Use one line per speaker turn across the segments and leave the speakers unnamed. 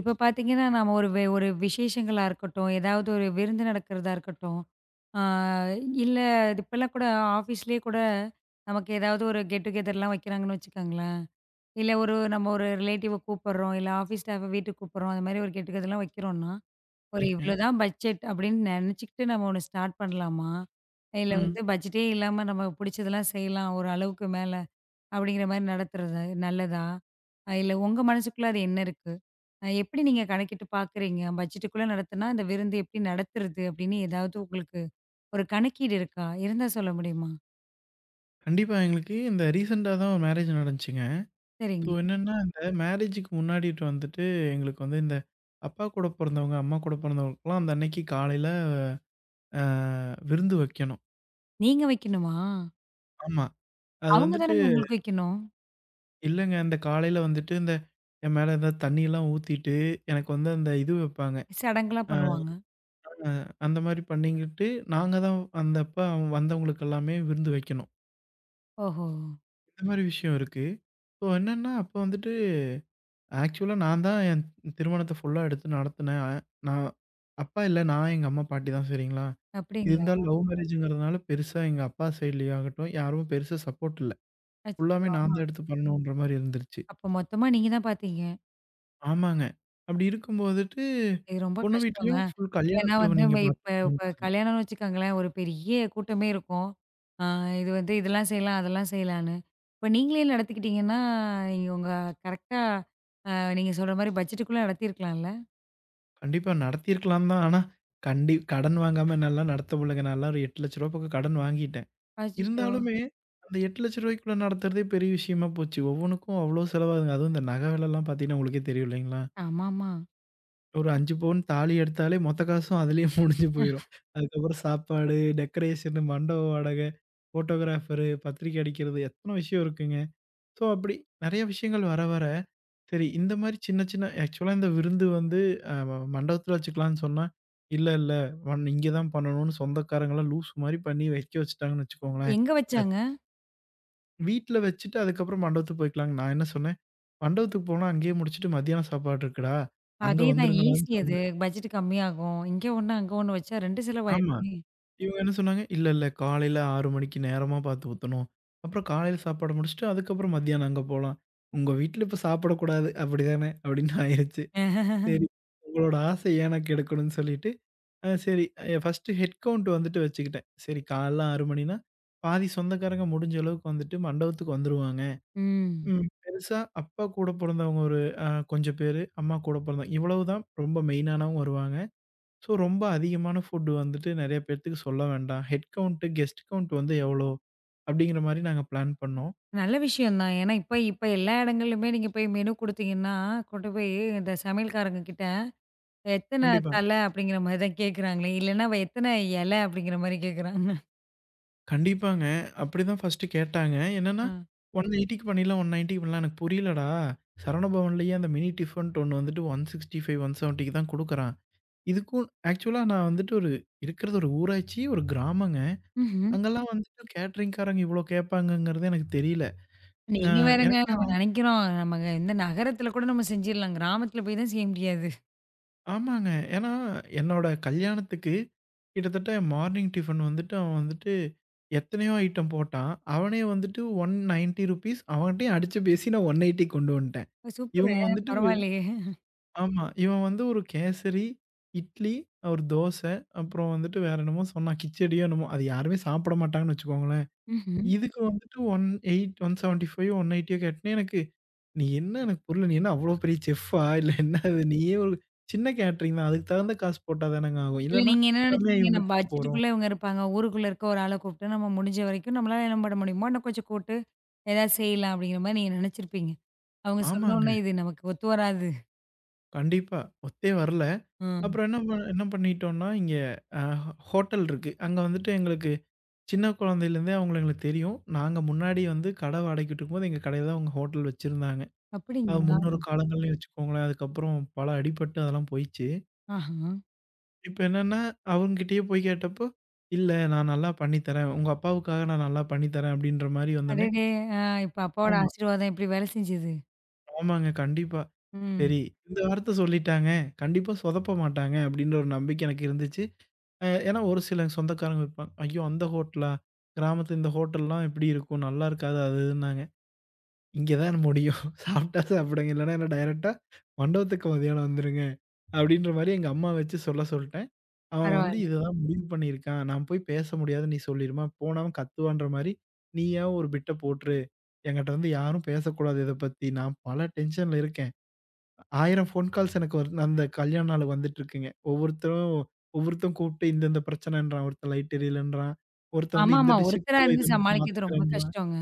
இப்ப பார்த்தீங்கன்னா, நம்ம ஒரு விசேஷங்களா இருக்கட்டும், ஏதாவது ஒரு விருந்து நடக்கிறதா இருக்கட்டும், ஆ இல்ல இப்பலாம் கூட ஆஃபீஸ்லயே கூட நமக்கு ஏதாவது ஒரு கெட் டுகெதர்லாம் வைக்கிறாங்கன்னு வச்சுக்கோங்களேன். இல்ல நம்ம ஒரு ரிலேட்டிவ கூப்பிடுறோம், இல்ல ஆஃபீஸ் ஸ்டாஃப வீட்டுக்கு கூப்பிடுறோம். அந்த மாரி ஒரு கெட் டுகெதர்லாம் வைக்கிறோம்னா, ஒரு
சரிங்க.
இவ்வளோதான் பட்ஜெட் அப்படின்னு நெனச்சுக்கிட்டு நம்ம ஒண்ணு ஸ்டார்ட் பண்ணலாமா? இல்ல
ம்.
வந்து பட்ஜெட்டே இல்லாம நம்ம புடிச்சதெல்லாம் செய்யலாம் ஒரு அளவுக்கு மேல. அப்படிங்கிற மாரி நடத்துறது நல்லதா? இல்ல உங்க மனசுக்குள்ள அது என்ன இருக்கு? எப்படி நீங்க கணக்கிட்டு பார்க்குறீங்க? பட்ஜெட்டுக்குள்ள நடத்துனா, இந்த விருந்து எப்படி நடத்துறது? அப்படின்னு ஏதாவது உங்களுக்கு ஒரு கணக்கீடு இருக்கா? இருந்தா சொல்ல முடியுமா?
கண்டிப்பா எங்களுக்கு இந்த ரீசென்ட்டா தான் ஒரு மேரேஜ் நடந்துச்சுங்க. ஸோ
சரிங்க.
என்னன்னா, இந்த மேரேஜுக்கு முன்னாடிட்டு வந்துட்டு எங்களுக்கு வந்து இந்த அப்பா கூட பொறந்தவங்க, அம்மா கூட பொறந்தவங்களுக்குலாம் அந்த அன்னைக்கு காலையில அ விருந்து வைக்கணும்.
நீங்க வைக்கணுமா?
ஆமா. அது
அவங்க
வந்துட்டு
தானங்க உங்களுக்கு வைக்கணும்.
இல்லங்க இந்த காலையில வந்துட்டு இந்த என் மேல ஏதாவது தண்ணியெல்லாம் ஊத்திட்டு, எனக்கு வந்து அந்த இது வைப்பாங்க.
சடங்குலாம்
அ
பண்ணுவாங்க.
அ அந்த மாரி பண்ணிக்கிட்டு, நாங்க தான் அந்த அப்ப வந்தவங்களுக்கு எல்லாமே விருந்து வைக்கணும்.
ஓஹோ!
இந்த மாரி விஷயம் இருக்கு. ஸோ என்னன்னா, அப்ப வந்துட்டு ஆக்சுவலா நான் தான் என் திருமணத்த ஃபுல்லா எடுத்து நடத்துனேன். நான் அப்பா இல்ல. நான், எங்க அம்மா, பாட்டி தான் சரிங்களா?
அப்படிங்களா?
இருந்தாலும் லவ் மேரேஜ்ங்கிறதுனால பெருசா எங்க அப்பா சைட்லயே ஆகட்டும், யாரும் பெருசா சப்போர்ட் இல்ல.
அச்சச்சோ!
ஃபுல்லாமே நான்
ஆமா.
தான் எடுத்து பண்ணணுன்ற மாரி இருந்துருச்சு.
அப்ப மொத்தமா நீங்க தான் பார்த்தீங்க.
ஆமாங்க. அப்படி இருக்கும் போதுட்டு
இது ரொம்ப
பொண்ணு
கஷ்டங்க.
வீட்லயும் ஃபுல் கல்யாண
ஏன்னா
செலவு
வந்து
நீங்க
இப்ப
பார்த்துக்கணும்.
இப்ப கல்யாணம்னு வச்சுக்கோங்களேன், ஒரு பெரிய கூட்டமே இருக்கும். ஆ, இது வந்து இதெல்லாம் செய்யலாம், அதெல்லாம் செய்யலான்னு. இப்ப நீங்களே நடத்திக்கிட்டீங்கன்னா, நீங்க உங்க கரெக்ட்டா, அ நீங்க சொல்ற மாரி பட்ஜெட்டுக்குள்ள நடத்தியிருக்கலாம்ல?
கண்டிப்பா நடத்தியிருக்கலாம் தான். ஆனா கடன் வாங்காம என்னால நடத்த முடியலங்க. நான்லாம் ஒரு ரூ. 8,00,000 பக்கம் கடன் வாங்கிட்டேன்.
அச்சச்சோ!
இருந்தாலுமே, அந்த ரூ. 8,00,000க்குள்ள நடத்துறதே பெரிய விஷயமா போச்சு. ஒவ்வொன்னுக்கும் அவ்ளோ செலவாகுதுங்க. அதுவும் இந்த நகை விலைலாம் பார்த்தீங்கன்னா, உங்களுக்கே தெரியும் இல்லைங்களா?
ஆமாமா.
ஒரு 5 பவுன் தாலி எடுத்தாலே மொத்த காசும் அதிலேயே முடிஞ்சு போயிரும். அதுக்கப்புறம் சாப்பாடு, டெக்கரேஷனு, மண்டப வாடகை, ஃபோட்டோகிராஃபரு, பத்திரிக்கை அடிக்கிறது எத்தன விஷயம் இருக்குங்க. ஸோ, அப்படி நெறைய விஷயங்கள் வர வர, சரி இந்த மாரி சின்ன சின்ன ஆக்சுவலா இந்த விருந்து வந்து அ மண்டபத்தில வச்சுக்கலான்னு சொன்னா, இல்ல இல்ல. ஒன் இங்க தான் பண்ணணும்னு சொந்தக்காரங்கலாம் லூசு மாரி பண்ணி வைக்க வச்சுட்டாங்கன்னு வச்சுக்கோங்களேன்.
எங்க வச்சாங்க?
வீட்ல வச்சுட்டு அதுக்கப்புறம் மண்டபத்துக்கு போய்க்கலாங்க. நான் என்ன சொன்னேன், "மண்டபத்துக்கு போனா அங்கேயே முடிச்சுட்டு மதியானம் சாப்பாடு இருக்குடா, அங்க
அதே தான்
வந்துருங்கடான்னு"
ஈஸி அது.
சொன்னேன்.
பட்ஜெட் கம்மியாகும். இங்க ஒண்ணு, அங்க ஒண்ணு வச்சா 2
ஆமா.
செலவாயிடுமே.
இவங்க என்ன சொன்னாங்க, "இல்ல, இல்ல காலையில 6 மணிக்கு நேரமா பார்த்து ஊத்தணும். அப்புறம் காலையில சாப்பாடு முடிச்சுட்டு அதுக்கப்புறம் மதியானம் அங்க போலாம். உங்க வீட்ல இப்ப சாப்பிடக்கூடாது அப்படிதானே?" அப்படின்னு ஆயிருச்சு. சரி, உங்களோட ஆசை ஏன் நான் கெடுக்கணும்னு சொல்லிட்டு, சரி ஃபர்ஸ்ட்டு ஹெட் கவுண்ட் வந்துட்டு வச்சுக்கிட்டேன். சரி காலைல 6 மணின்னா, பாதி சொந்தக்காரங்க முடிஞ்ச அளவுக்கு வந்துட்டு மண்டபத்துக்கு வந்துருவாங்க.
ம்.
ம். பெருசா அப்பா கூட பொறந்தவங்க ஒரு கொஞ்சம் பேரு, அம்மா கூட பொறந்தவங்க இவ்வளவுதான் ரொம்ப மெயினானவங்க வருவாங்க. ஸோ, ரொம்ப அதிகமான ஃபுட் வந்துட்டு நெறைய பேத்துக்கு சொல்ல வேண்டாம். ஹெட் கவுண்ட், கெஸ்ட் கவுண்ட் வந்து எவ்வளோ? அப்படிங்கிற மாரி நாங்க பிளான் பண்ணோம்.
நல்ல விஷயம் தான். ஏன்னா இப்ப இப்ப எல்லா இடங்கள்லயுமே நீங்க போய் மெனு குடுத்தீங்கன்னா, கொண்டு போய் இந்த சமையல்காரங்க கிட்ட எத்தன
கண்டிப்பா.
தலை அப்படிங்கிற மாரி தான் கேட்குறாங்களே! இல்லன்னா, அவ எத்தன இலை அப்படிங்கிற மாரி கேட்குறாங்க.
கண்டிப்பாங்க. அப்படிதான் ஃபர்ஸ்ட் கேட்டாங்க. என்னன்னா
ஆ.
180க்கு பண்ணிடலாம், 190க்கு பண்ணலாம். எனக்கு புரியலடா. சரவணபவன்லயே அந்த மினி டிஃபன்ட்டு ஒண்ணு வந்துட்டு 165, 170க்கு தான் குடுக்குறான். இதுக்கும் ஆக்சுவலா நான் வந்துட்டு ஒரு இருக்கிறது ஒரு ஊராட்சி, ஒரு கிராமங்க.
ம்ஹ்ம்.
அங்கெல்லாம் வந்துட்டு கேட்டரிங்காரங்க இவ்ளோ கேட்பாங்கங்கிறது எனக்கு தெரியல. அ
நீங்க வேறங்க
எனக்கே
நம்ம நினைக்கிறோம். நம்ம இந்த நகரத்தில கூட நம்ம செஞ்சிடலாம். கிராமத்தில போய் தான் செய்ய முடியாது.
ஆமாங்க. ஏன்னா, என்னோட கல்யாணத்துக்கு கிட்டத்தட்ட மார்னிங் டிஃபன் வந்துட்டு அவன் வந்துட்டு எத்தனையோ ஐட்டம் போட்டான். அவனே வந்துட்டு ₹190 அவன்கிட்டயும் அடிச்சு பேசி நான் 180 கொண்டு வந்துட்டேன்.
சூப்பரு.
இவங்க வந்துட்டு
பரவாயில்லையே!
ஆமா. இவன் வந்து ஒரு கேசரி, இட்லி, ஒரு தோசை, அப்புறம் வந்துட்டு வேற என்னமோ சொன்னான். கிச்சடியோ என்னமோ. அது யாருமே சாப்பிட மாட்டாங்கன்னு வச்சுக்கோங்களேன்.
ம்ஹ்ம்.
இதுக்கு வந்துட்டு 180 175 180 கேட்டோனே எனக்கு நீ என்ன எனக்கு புரியல. நீ என்ன அவ்ளோ பெரிய செஃப்பா? இல்ல என்ன அது? நீயே ஒரு சின்ன கேட்டரிங் தான். அதுக்கு தகுந்த காசு போட்டா தானங்க ஆகும்.
இல்ல
இல்லன்னா
நீங்க என்ன
நம்ம ஏன்
நினைச்சிருப்பீங்க?
இவங்க
நம்ம
கிட்ட போறோம்?
பட்ஜெட்டுக்குள்ள இவங்க இருப்பாங்க. ஊருக்குள்ள இருக்க ஒரு ஆள கூப்பிட்டு நம்ம முடிஞ்ச வரைக்கும் நம்மளால என்ன பண்ண முடியுமோ இன்னும் கொஞ்சம் கூட்டு ஏதாவது செய்யலாம் அப்படிங்கிற மாரி நீங்க நினைச்சிருப்பீங்க. அவங்க சொன்னோனே
ஆமாங்க.
இது நமக்கு ஒத்து வராது.
கண்டிப்பா. ஒத்தே வரல.
ம்.
அப்புறம் என்ன என்ன பண்ணிட்டோம்னா, இங்க அ ஹோட்டல் இருக்கு. அங்க வந்துட்டு எங்களுக்கு சின்ன குழந்தையிலேருந்தே அவங்கள எங்களுக்கு தெரியும். நாங்க முன்னாடி வந்து கடை வாடகைக்கு விட்டுருக்கும்போது, எங்க கடையில தான் அவங்க ஹோட்டல் வச்சிருந்தாங்க. அது
அப்படிங்களா?
முன்னொரு காலங்கள்னு வச்சுக்கோங்களேன். அதுக்கப்புறம் பல அடிபட்டு அதெல்லாம் போயிச்சு.
ஆஹா!
இப்ப என்னன்னா, அவங்ககிட்டயே போய் கேட்டப்போ, "இல்ல நான் நல்லா பண்ணி தரேன். உங்க அப்பாவுக்காக நான் நல்லா பண்ணி தரேன்." அப்படீன்ற மாரி வந்தோன்னே,
அடடே! ஆ, இப்ப அப்பாவோட
ஆமா.
ஆசீர்வாதம் எப்படி வேலை செஞ்சது?
"ஆமாங்க, கண்டிப்பா.
ம்.
சரி இந்த வார்த்தை சொல்லிட்டாங்க. கண்டிப்பா சொதப்ப மாட்டாங்க." அப்படீன்ற ஒரு நம்பிக்கை எனக்கு இருந்துச்சு. ஏன்னா ஒரு சில சொந்தக்காரங்க இருப்பாங்க, "ஐயோ! அந்த ஹோட்டலா? கிராமத்துல இந்த ஹோட்டல்லாம் எப்படி இருக்கும்? நல்லா இருக்காது." அது இதுன்னாங்க. "இங்க தான் முடியும். சாப்பிட்டா சாப்பிடுங்க. இல்லன்னா என்ன டைரக்ட்டா மண்டபத்துக்கு மதியானம் வந்துருங்க." அப்படீன்ற மாரி எங்க அம்மா வச்சு சொல்ல சொல்ட்டேன். அவன் வந்து
பரவால்ல.
இதுதான் முடிவு பண்ணியிருக்கான். நான் போய் பேச முடியாதுன்னு நீ சொல்லிருமா, போனா அவன் கத்துவான்ற மாரி, நீயா ஒரு பிட்ட போட்டுரு. என்கிட்ட வந்து யாரும் பேசக்கூடாது இத பத்தி. நான் பல டென்ஷன்ல இருக்கேன். 1000 ஃபோன் கால்ஸ் எனக்கு வரு அந்த கல்யாண நாள் வந்துட்டுருக்குங்க. ஒவ்வொருத்தரும் ஒவ்வொருத்தன் கூப்பிட்டு இந்த இந்த பிரச்சனைன்றான். ஒருத்தன் லைட் எரியலன்றான். ஒருத்தன் வந்து இந்த
ஆமாமா.
டிஷ்
ஒருத்தரா
இதுவா
இருந்து
இத மட்டும்
சமாளிக்கிறது ரொம்ப
மாத்திக்கிறேன்றான்.
கஷ்டங்க.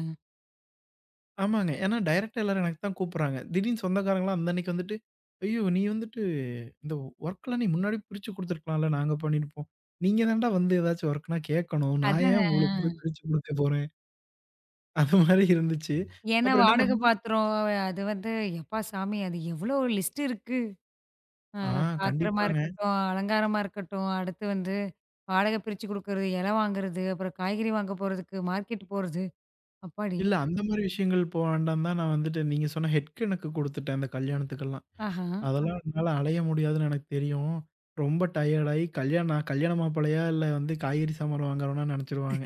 ஆமாங்க. ஏன்னா டைரக்டா எல்லாரும் எனக்கு தான் கூப்பிடுறாங்க. திடீர்னு சொந்தக்காரங்கலாம் அந்த அன்னைக்கு வந்துட்டு, ஐயோ! நீ வந்துட்டு இந்த ஒர்க்லாம் நீ முன்னாடி பிரிச்சு குடுத்துருக்கலாம்ல. நாங்க பண்ணிருப்போம். நீங்க தான்டா வந்து ஏதாச்சும் ஒர்க்னா கேட்கணும். நான் ஏன்
அதாங்க.
உங்களுக்கு போய் பிரிச்சு குடுக்க போறேன்? அந்த மாரி இருந்துச்சு.
ஏன்னா
அப்புறம் என்ன
வாடகை
பண்ணோம்
பாத்திரம் அது வந்து எப்பா சாமி! அது எவ்ளோ லிஸ்ட் இருக்கு. அ
ஆ
பாத்திரமா
கண்டிப்பாங்க.
இருக்கட்டும், அலங்காரமா இருக்கட்டும், அடுத்து வந்து வாடகை பிரிச்சு குடுக்குறது, இலை வாங்குறது, அப்புறம் காய்கறி வாங்க போறதுக்கு, மார்க்கெட் போறது. அப்பாடி!
இல்ல அந்த மாரி விஷயங்கள் போ வேண்டாம்னு தான் நான் வந்துட்டு நீங்க சொன்ன ஹெக் எனக்கு குடுத்துட்டேன் அந்த கல்யாணத்துக்கெல்லாம்.
ஆஹா!
அதெல்லாம் என்னால அலைய முடியாதுன்னு எனக்கு தெரியும். ரொம்ப டயர்ட் ஆயி கல்யாணம் நான் கல்யாண மாப்பிள்ளையா இல்ல வந்து காய்கறி சாமான் வாங்குறோம்னா நெனச்சுருவாங்க.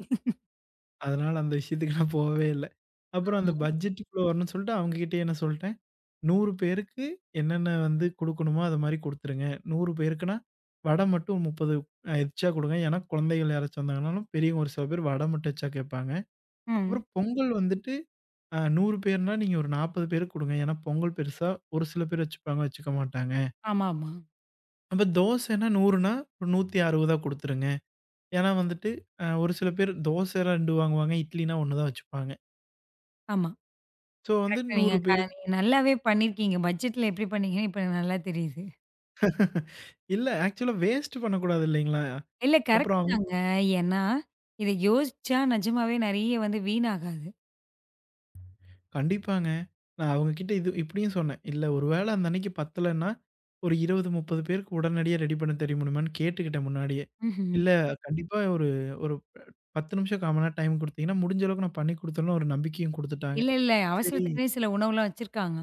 அதனால அந்த விஷயத்துக்கு நான் போவே இல்ல. அப்புறம் அந்த பட்ஜெட்டுக்குள்ள வரணும்னு சொல்லிட்டு அவங்க கிட்டயே என்ன சொல்ட்டேன் 100 பேருக்கு என்னென்ன வந்து குடுக்கணுமோ, அது மாரி குடுத்துருங்க. 100 பேருக்குன்னா, வடை மட்டும் 30 எக்ஸ்ட்ரா குடுங்க. ஏன்னா, குழந்தைகள் யாராச்சும் வந்தாங்கனாலும், பெரியவங்க ஒரு சில பேர் வடை மட்டும் எக்ஸ்ட்ரா கேட்பாங்க.
ம்.
அப்புறம் பொங்கல் வந்துட்டு 100 பேர்னா, நீங்க ஒரு 40 பேருக்கு குடுங்க. ஏன்னா, பொங்கல் பெருசா ஒரு சில பேர் வச்சுப்பாங்க, வச்சுக்க மாட்டாங்க.
ஆமாமா.
அப்ப தோசைன்னா 100னா ஒரு 160ஆ குடுத்துருங்க. ஏன்னா வந்துட்டு, ஒரு சில பேர் தோசை 2 வாங்குவாங்க, இட்லினா 1 தான் வச்சுப்பாங்க.
ஆமா.
ஸோ வந்து
கரெக்ட்டா
100 பேருக்கு
நீங்க நல்லாவே பண்ணியிருக்கீங்க. பட்ஜெட்ல எப்படி பண்ணீங்கன்னு இப்ப நல்லா தெரியுது.
இல்ல ஆக்சுவலா வேஸ்ட் பண்ணக்கூடாது இல்லைங்களா?
இல்ல கரெக்ட்டு
அப்புறம்
தாங்க. ஏன்னா, இத யோசிச்சா நிஜமாவே நெறைய வந்து வீணாகாது.
கண்டிப்பாங்க. நான் அவங்ககிட்ட இது இப்படியும் சொன்னேன். "இல்ல ஒரு வேளை அந்த அன்னைக்கு பத்தலன்னா, ஒரு 20, 30 பேருக்கு உடனடியா ரெடி பண்ண தெரியுமான்னு கேட்டுக்கிட்டேன் முன்னாடியே.
ம்ஹ்ம்.
இல்ல கண்டிப்பா ஒரு ஒரு 10 நிமிஷம், 1/4 மணி நேரம் டைம் குடுத்தீங்கன்னா, முடிஞ்ச அளவுக்கு நான் பண்ணி குடுத்துருவேன்னு" ஒரு நம்பிக்கையும் குடுத்துட்டாங்க.
இல்ல.
சரி.
அவசரத்துக்குன்னே சில உணவுலாம் வச்சிருக்காங்க.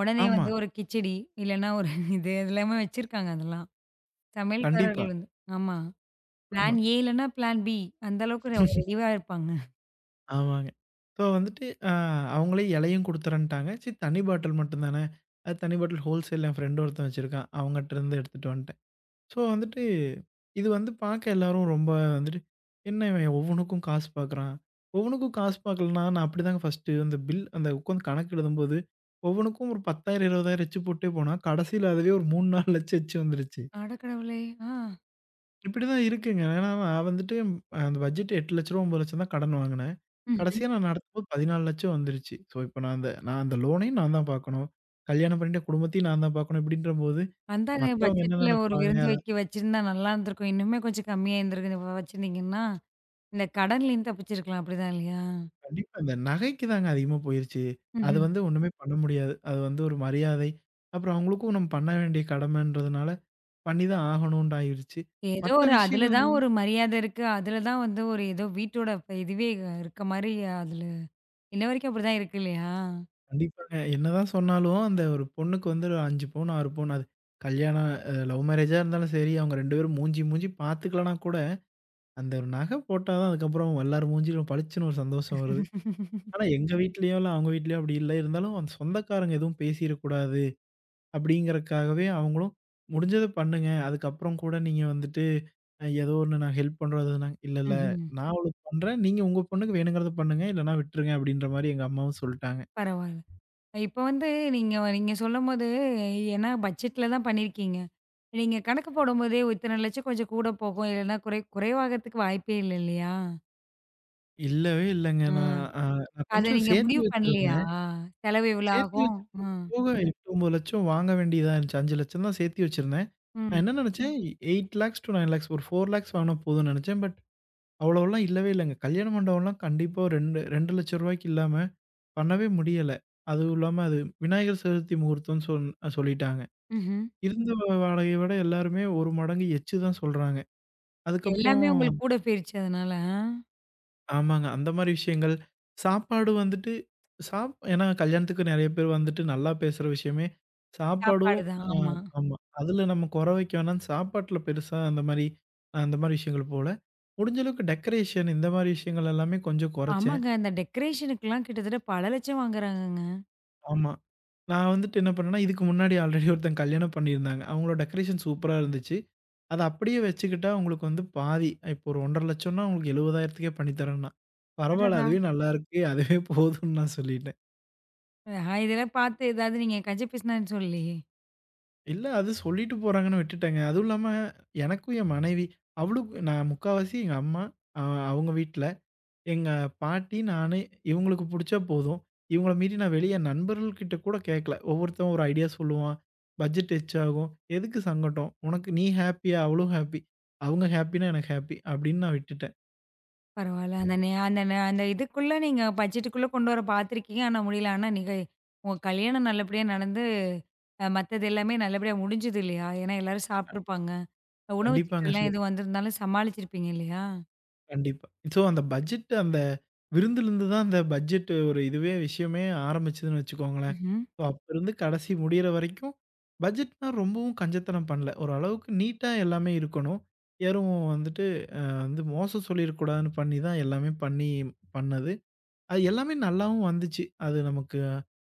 உடனே
ஆமா.
வந்து ஒரு கிச்சடி, இல்லன்னா ஒரு இது எல்லாமே வச்சிருக்காங்க அதெல்லாம்.
கண்டிப்பா.
சமையல்காரர்கள் வந்து ஆமா.
ஆமா.
பிளான் ஏ இல்லன்னா பிளான் பி. அந்த அளவுக்கு அவங்க ரெடியா இருப்பாங்க.
ஆமாங்க. ஸோ வந்துட்டு அவங்களே இலையும் குடுத்துறேன்ட்டாங்க. சரி தண்ணி பாட்டில் மட்டும் தானே, அது தண்ணி பாட்டில் ஹோல்சேல் என் ஃப்ரெண்ட் ஒருத்தன் வச்சிருக்கான். அவங்கட்ட இருந்து எடுத்துட்டு வந்துட்டேன். ஸோ வந்துட்டு, இது வந்து பார்க்க எல்லாரும் ரொம்ப வந்துட்டு, "என்ன இவன் ஒவ்வொன்னுக்கும் காசு பார்க்குறான்?" ஒவ்வொன்னுக்கும் காசு பார்க்கலன்னா, நான் அப்படிதாங்க ஃபர்ஸ்ட்டு அந்த பில் அந்த உட்காந்து கணக்கு எழுதும்போது, ஒவ்வொன்னுக்கும் ஒரு 10,000 20,000 எச்சு போட்டே போனா, கடைசியில அதுவே ஒரு 3, 4 லட்சம் எச்சு வந்துருச்சு.
அடக்கடவுளே! ஆ.
இப்படிதான் இருக்குங்க. ஏன்னா நான் வந்துட்டு அந்த பட்ஜெட் ரூ. 8,00,000 ரூ. 9,00,000 தான் கடன் வாங்குனேன்.
ம்ஹ்ம்.
கடைசியா நான் நடத்தும்போது 14,00,000 வந்துருச்சு. ஸோ இப்ப நான் அந்த லோனையும் நான் தான் பார்க்கணும். கல்யாணம் பண்ணிட்ட குடும்பத்தையும் நான் தான் பார்க்கணும். இப்படின்றபோது
அந்தானே
மத்தவங்க என்ன
பட்ஜெட்ல ஒரு
நினைப்பாங்க?
விருந்து வைக்க வச்சிருந்தா நல்லா இருந்திருக்கும். இன்னுமே கொஞ்சம் கம்மியா இருந்திருக்கு வச்சிருந்தீங்கன்னா, இந்த கடன்லேருந்து தப்பிச்சிருக்கலாம். அப்படிதான் இல்லையா?
கண்டிப்பா. இந்த நகைக்கு தாங்க அதிகமா போயிருச்சு. அது
ம்ஹ்ம்.
வந்து ஒண்ணுமே பண்ண முடியாது. அது வந்து ஒரு மரியாதை. அப்புறம் அவங்களுக்கும் நம்ம பண்ண வேண்டிய கடமைன்றதுனால, பண்ணி தான் ஆகணும்னு ஆயிருச்சு.
ஏதோ
மத்த
ஒரு அதுல
விஷயங்கள்
தான்
வந்து
ஒரு மரியாதை இருக்கு. அதுல தான் வந்து ஒரு ஏதோ வீட்டோட இதுவே இருக்க மாரி அதுல இன்ன வரைக்கும் அப்படிதான் இருக்கு இல்லையா?
கண்டிப்பாங்க. என்னதான் சொன்னாலும் அந்த ஒரு பொண்ணுக்கு வந்து 5 பவுன், 6 பவுன் அது கல்யாணம் லவ் மேரேஜா இருந்தாலும் சரி, அவங்க 2 பேரும் மூஞ்சி மூஞ்சி பார்த்துக்கலனா கூட, அந்த ஒரு நகை போட்டா தான் அதுக்கப்புறம் எல்லார் மூஞ்சிலும் பளிச்சுன்னு ஒரு சந்தோஷம் வருது. ஆனா எங்க வீட்லயோலாம், அவங்க வீட்லயோ அப்படி இல்ல. இருந்தாலும் அந்த சொந்தக்காரங்க எதுவும் பேசிறக்கூடாது. அப்படிங்கிறதுக்காகவே அவங்களும் முடிஞ்சத பண்ணுங்க. அதுக்கப்புறம் கூட நீங்க வந்துட்டு ஏதோ ஒண்ணு நான் ஹெல்ப் பண்றது நான் இல்ல, இல்ல.
ம்ஹ்ம்.
நான் அவ்வளவு பண்றேன். நீங்க உங்க பொண்ணுக்கு வேணுங்கிறத பண்ணுங்க. இல்லன்னா விட்டுருங்க அப்படின்ற மாரி எங்க அம்மாவும் சொல்ட்டாங்க.
பரவால்ல. இப்ப வந்து நீங்க நீங்க சொல்லும்போது ஏன்னா பட்ஜெட்ல தான் பண்ணியிருக்கீங்க. நீங்க கணக்கு போடும்போதே இத்தன லட்சம் கொஞ்சம் கூட போகும். இல்லைன்னா குறை குறைவாகறதுக்கு வாய்ப்பே இல்ல இல்லையா?
இல்லவே இல்லங்க.
ஆ.
அ நான்
அத
கொஞ்சம்
நீங்க
சேர்த்தி
முடிவு பண்ணலையா?
வச்சிருந்தேன்.
செலவு இவ்வளோ
சேர்த்தி
ஆகும். ஆ.
வச்சிருந்தது போக 8, 9 லட்சம் வாங்க வேண்டியதா இருந்துச்சு. 5 லட்சம் தான் சேர்த்தி வச்சிருந்தேன். நான்
ம்.
என்ன நினைச்சேன் 8 லேக்ஸ் டூ 9 லேக்ஸ் ஒரு 4 லேக்ஸ் வாங்கினா போதும்னு நினைச்சேன். பட் அவ்வளவெல்லாம் இல்லவே இல்லங்க. கல்யாண மண்டபம்லாம் கண்டிப்பா ஒரு 2, 2 லட்சம் ரூபாய்க்கு இல்லாம பண்ணவே முடியல. அதுவும் இல்லாம அது விநாயகர் சதுர்த்தி முகூர்த்தம்னு சொல்லிட்டாங்க.
ம்ஹ்ம்.
இருந்த வாடகைய விட எல்லாருமே ஒரு மடங்கு எச்சு தான் சொல்றாங்க. அதுக்கப்புறம்
எல்லாமே உங்களுக்கு கூட போயிருச்சு அதனால. ஆ.
ஆமாங்க. அந்த மாரி விஷயங்கள். சாப்பாடு வந்துட்டு ஏன்னா கல்யாணத்துக்கு நெறைய பேர் வந்துட்டு நல்லா பேசுற விஷயமே, சாப்பாடும்
சாப்பாடு தான்.
அ
ஆமா.
ஆமா. அதுல நம்ம குறை வைக்க வேணாம்னு சாப்பாட்ல பெருசா அந்த மாரி அந்த மாரி விஷயங்கள் போல. முடிஞ்ச அளவுக்கு டெக்கரேஷன் இந்த மாரி விஷயங்கள் எல்லாமே கொஞ்சம் குறைச்சேன்.
ஆமாங்க. அந்த டெக்கரேஷனுக்குலாம் கிட்டத்தட்ட பல லட்சம் வாங்குறாங்கங்க.
ஆமா. நான் வந்துட்டு என்ன பண்ணேன்னா, இதுக்கு முன்னாடி ஆல்ரெடி ஒருத்தங்க கல்யாணம் பண்ணியிருந்தாங்க. அவங்களோட டெக்கரேஷன் சூப்பரா இருந்துச்சு. அத அப்படியே வச்சுக்கிட்டா உங்களுக்கு வந்து பாதி, இப்போ ஒரு 1,50,000ன்னா உங்களுக்கு 70,000க்கே பண்ணி தரேன்னா, பரவால்ல
அடடா!
அதுவே நல்லாருக்கு. அதுவே போதும்ன்னு நான் சொல்லிட்டேன்.
ஆ, இதெல்லாம் பார்த்து ஏதாவது நீங்க கஞ்ச பேசினான்னு சொல்லி
இல்ல அது சொல்லிட்டு போறாங்கன்னு விட்டுட்டேங்க. அதுவும் இல்லாம எனக்கும் என் மனைவி, அவளுக்கு நான் முக்காவாசி எங்க அம்மா, அ அவங்க வீட்ல. எங்க பாட்டி, நானு இவங்களுக்கு புடிச்சா போதும். இவங்கள மீறி நான் வெளிய என் நண்பர்கள்கிட்ட கூட கேட்கல. ஒவ்வொருத்தன் ஒரு ஐடியா சொல்லுவான். பட்ஜெட் எச் ஆகும். எதுக்கு சங்கடம்? உனக்கு நீ ஹேப்பியா? அவளும் ஹேப்பி. அவங்க ஹேப்பினா எனக்கு ஹேப்பி அப்படின்னு நான் விட்டுட்டேன்.
பரவால்ல. அந்த நே அந்த நே அந்த இதுக்குள்ள நீங்க பட்ஜெட்டுக்குள்ள கொண்டு வர பார்த்துருக்கீங்க. ஆனா முடியல. ஆனா நீங்க உங்க கல்யாணம் நல்லபடியா நடந்து, மத்தது எல்லாமே நல்லபடியா முடிஞ்சது இல்லையா? ஏன்னா எல்லாரும் சாப்ட்டுருப்பாங்க. உணவு
கண்டிப்பாங்க. ஸோ
சிக்கல்லாம் எதுவும் வந்திருந்தாலும் சமாளிச்சிருப்பீங்க இல்லையா?
கண்டிப்பா. ஸோ அந்த பட்ஜெட் அந்த விருந்துலருந்து தான் அந்த பட்ஜெட் ஒரு இதுவே விஷயமே ஆரம்பிச்சதுன்னு வச்சுக்கோங்களேன்.
ம்ஹ்ம்.
ஸோ அப்பருந்து கடைசி முடியிற வரைக்கும் பட்ஜெட்னா ரொம்பவும் கஞ்சத்தனம் பண்ணல. ஒரு அளவுக்கு நீட்டா எல்லாமே இருக்கணும். யாரும் வந்துட்டு வந்து மோசம் சொல்லிறக்கூடாதுன்னு பண்ணி தான் எல்லாமே பண்ணி பண்ணது. அது எல்லாமே நல்லாவும் வந்துச்சு. அது நமக்கு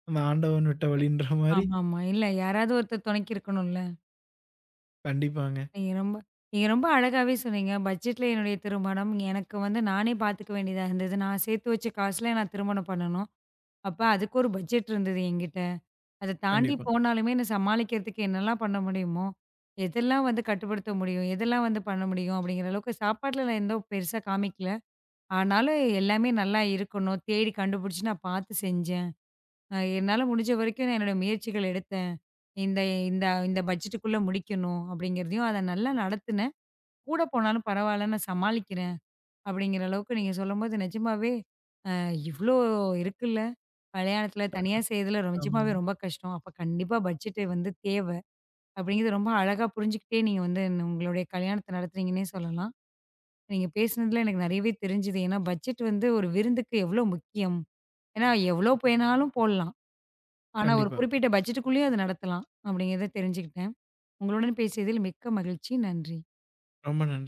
அந்த ஆண்டவன் விட்ட வழின்ற மாரி.
ஆமாமா. இல்ல யாராவது ஒருத்தர் துணைக்கு இருக்கணும்ல.
கண்டிப்பாங்க.
நீங்க ரொம்ப நீங்க ரொம்ப அழகாவே சொன்னீங்க. பட்ஜெட்ல என்னுடைய திருமணம். எனக்கு வந்து நானே பார்த்துக்க வேண்டியதா இருந்தது. நான் சேர்த்து வச்ச காசுல நான் திருமணம் பண்ணணும். அப்ப அதுக்கு ஒரு பட்ஜெட் இருந்தது என்கிட்ட. அத தாண்டி
கண்டிப்பா.
போனாலுமே என்ன சமாளிக்கிறதுக்கு என்னலாம் பண்ண முடியுமோ, எதெல்லாம் வந்து கட்டுப்படுத்த முடியும், எதெல்லாம் வந்து பண்ண முடியும் அப்படிங்கிற அளவுக்கு சாப்பாட்ல நான் எந்த பெருசா காமிக்கல. ஆனாலும் எல்லாமே நல்லா இருக்கணும், தேடி கண்டுபிடிச்சு நான் பார்த்து செஞ்சேன். என்னால முடிஞ்ச வரைக்கும் நான் என்னோட முயற்சிகள் எடுத்தேன். இந்த இந்த இந்த பட்ஜெட்டுக்குள்ள முடிக்கணும் அப்படிங்கிறதையும் அத நல்லா நடத்துனேன். கூட போனாலும் பரவாயில்ல நான் சமாளிக்கிறேன். அப்படிங்கிற அளவுக்கு நீங்க சொல்லும்போது நிஜமாவே அ இவ்ளோ இருக்குல்ல. கல்யாணத்துல தனியா செய்றதுல நிஜமாவே
ஆமாங்க.
ரொம்ப கஷ்டம். அப்ப கண்டிப்பா பட்ஜெட் வந்து தேவ. அப்படிங்கிறது ரொம்ப அழகா புரிஞ்சுக்கிட்டே நீங்க வந்து உங்களுடைய கல்யாணத்த நடத்துறீங்கன்னே சொல்லலாம். நீங்க பேசினதுல எனக்கு நெறையவே தெரிஞ்சுது. ஏன்னா பட்ஜெட் வந்து ஒரு விருந்துக்கு எவ்ளோ முக்கியம். ஏன்னா எவ்ளோ வேணாலும் போடலாம். ஆனா ஒரு
கண்டிப்பா.
குறிப்பிட்ட பட்ஜெட்டுக்குள்ளேயே அது நடத்தலாம். அப்படிங்கிறத தெரிஞ்சுக்கிட்டேன். உங்களுடன் பேசியதில் மிக்க மகிழ்ச்சி. நன்றி.
ரொம்ப நன்றி.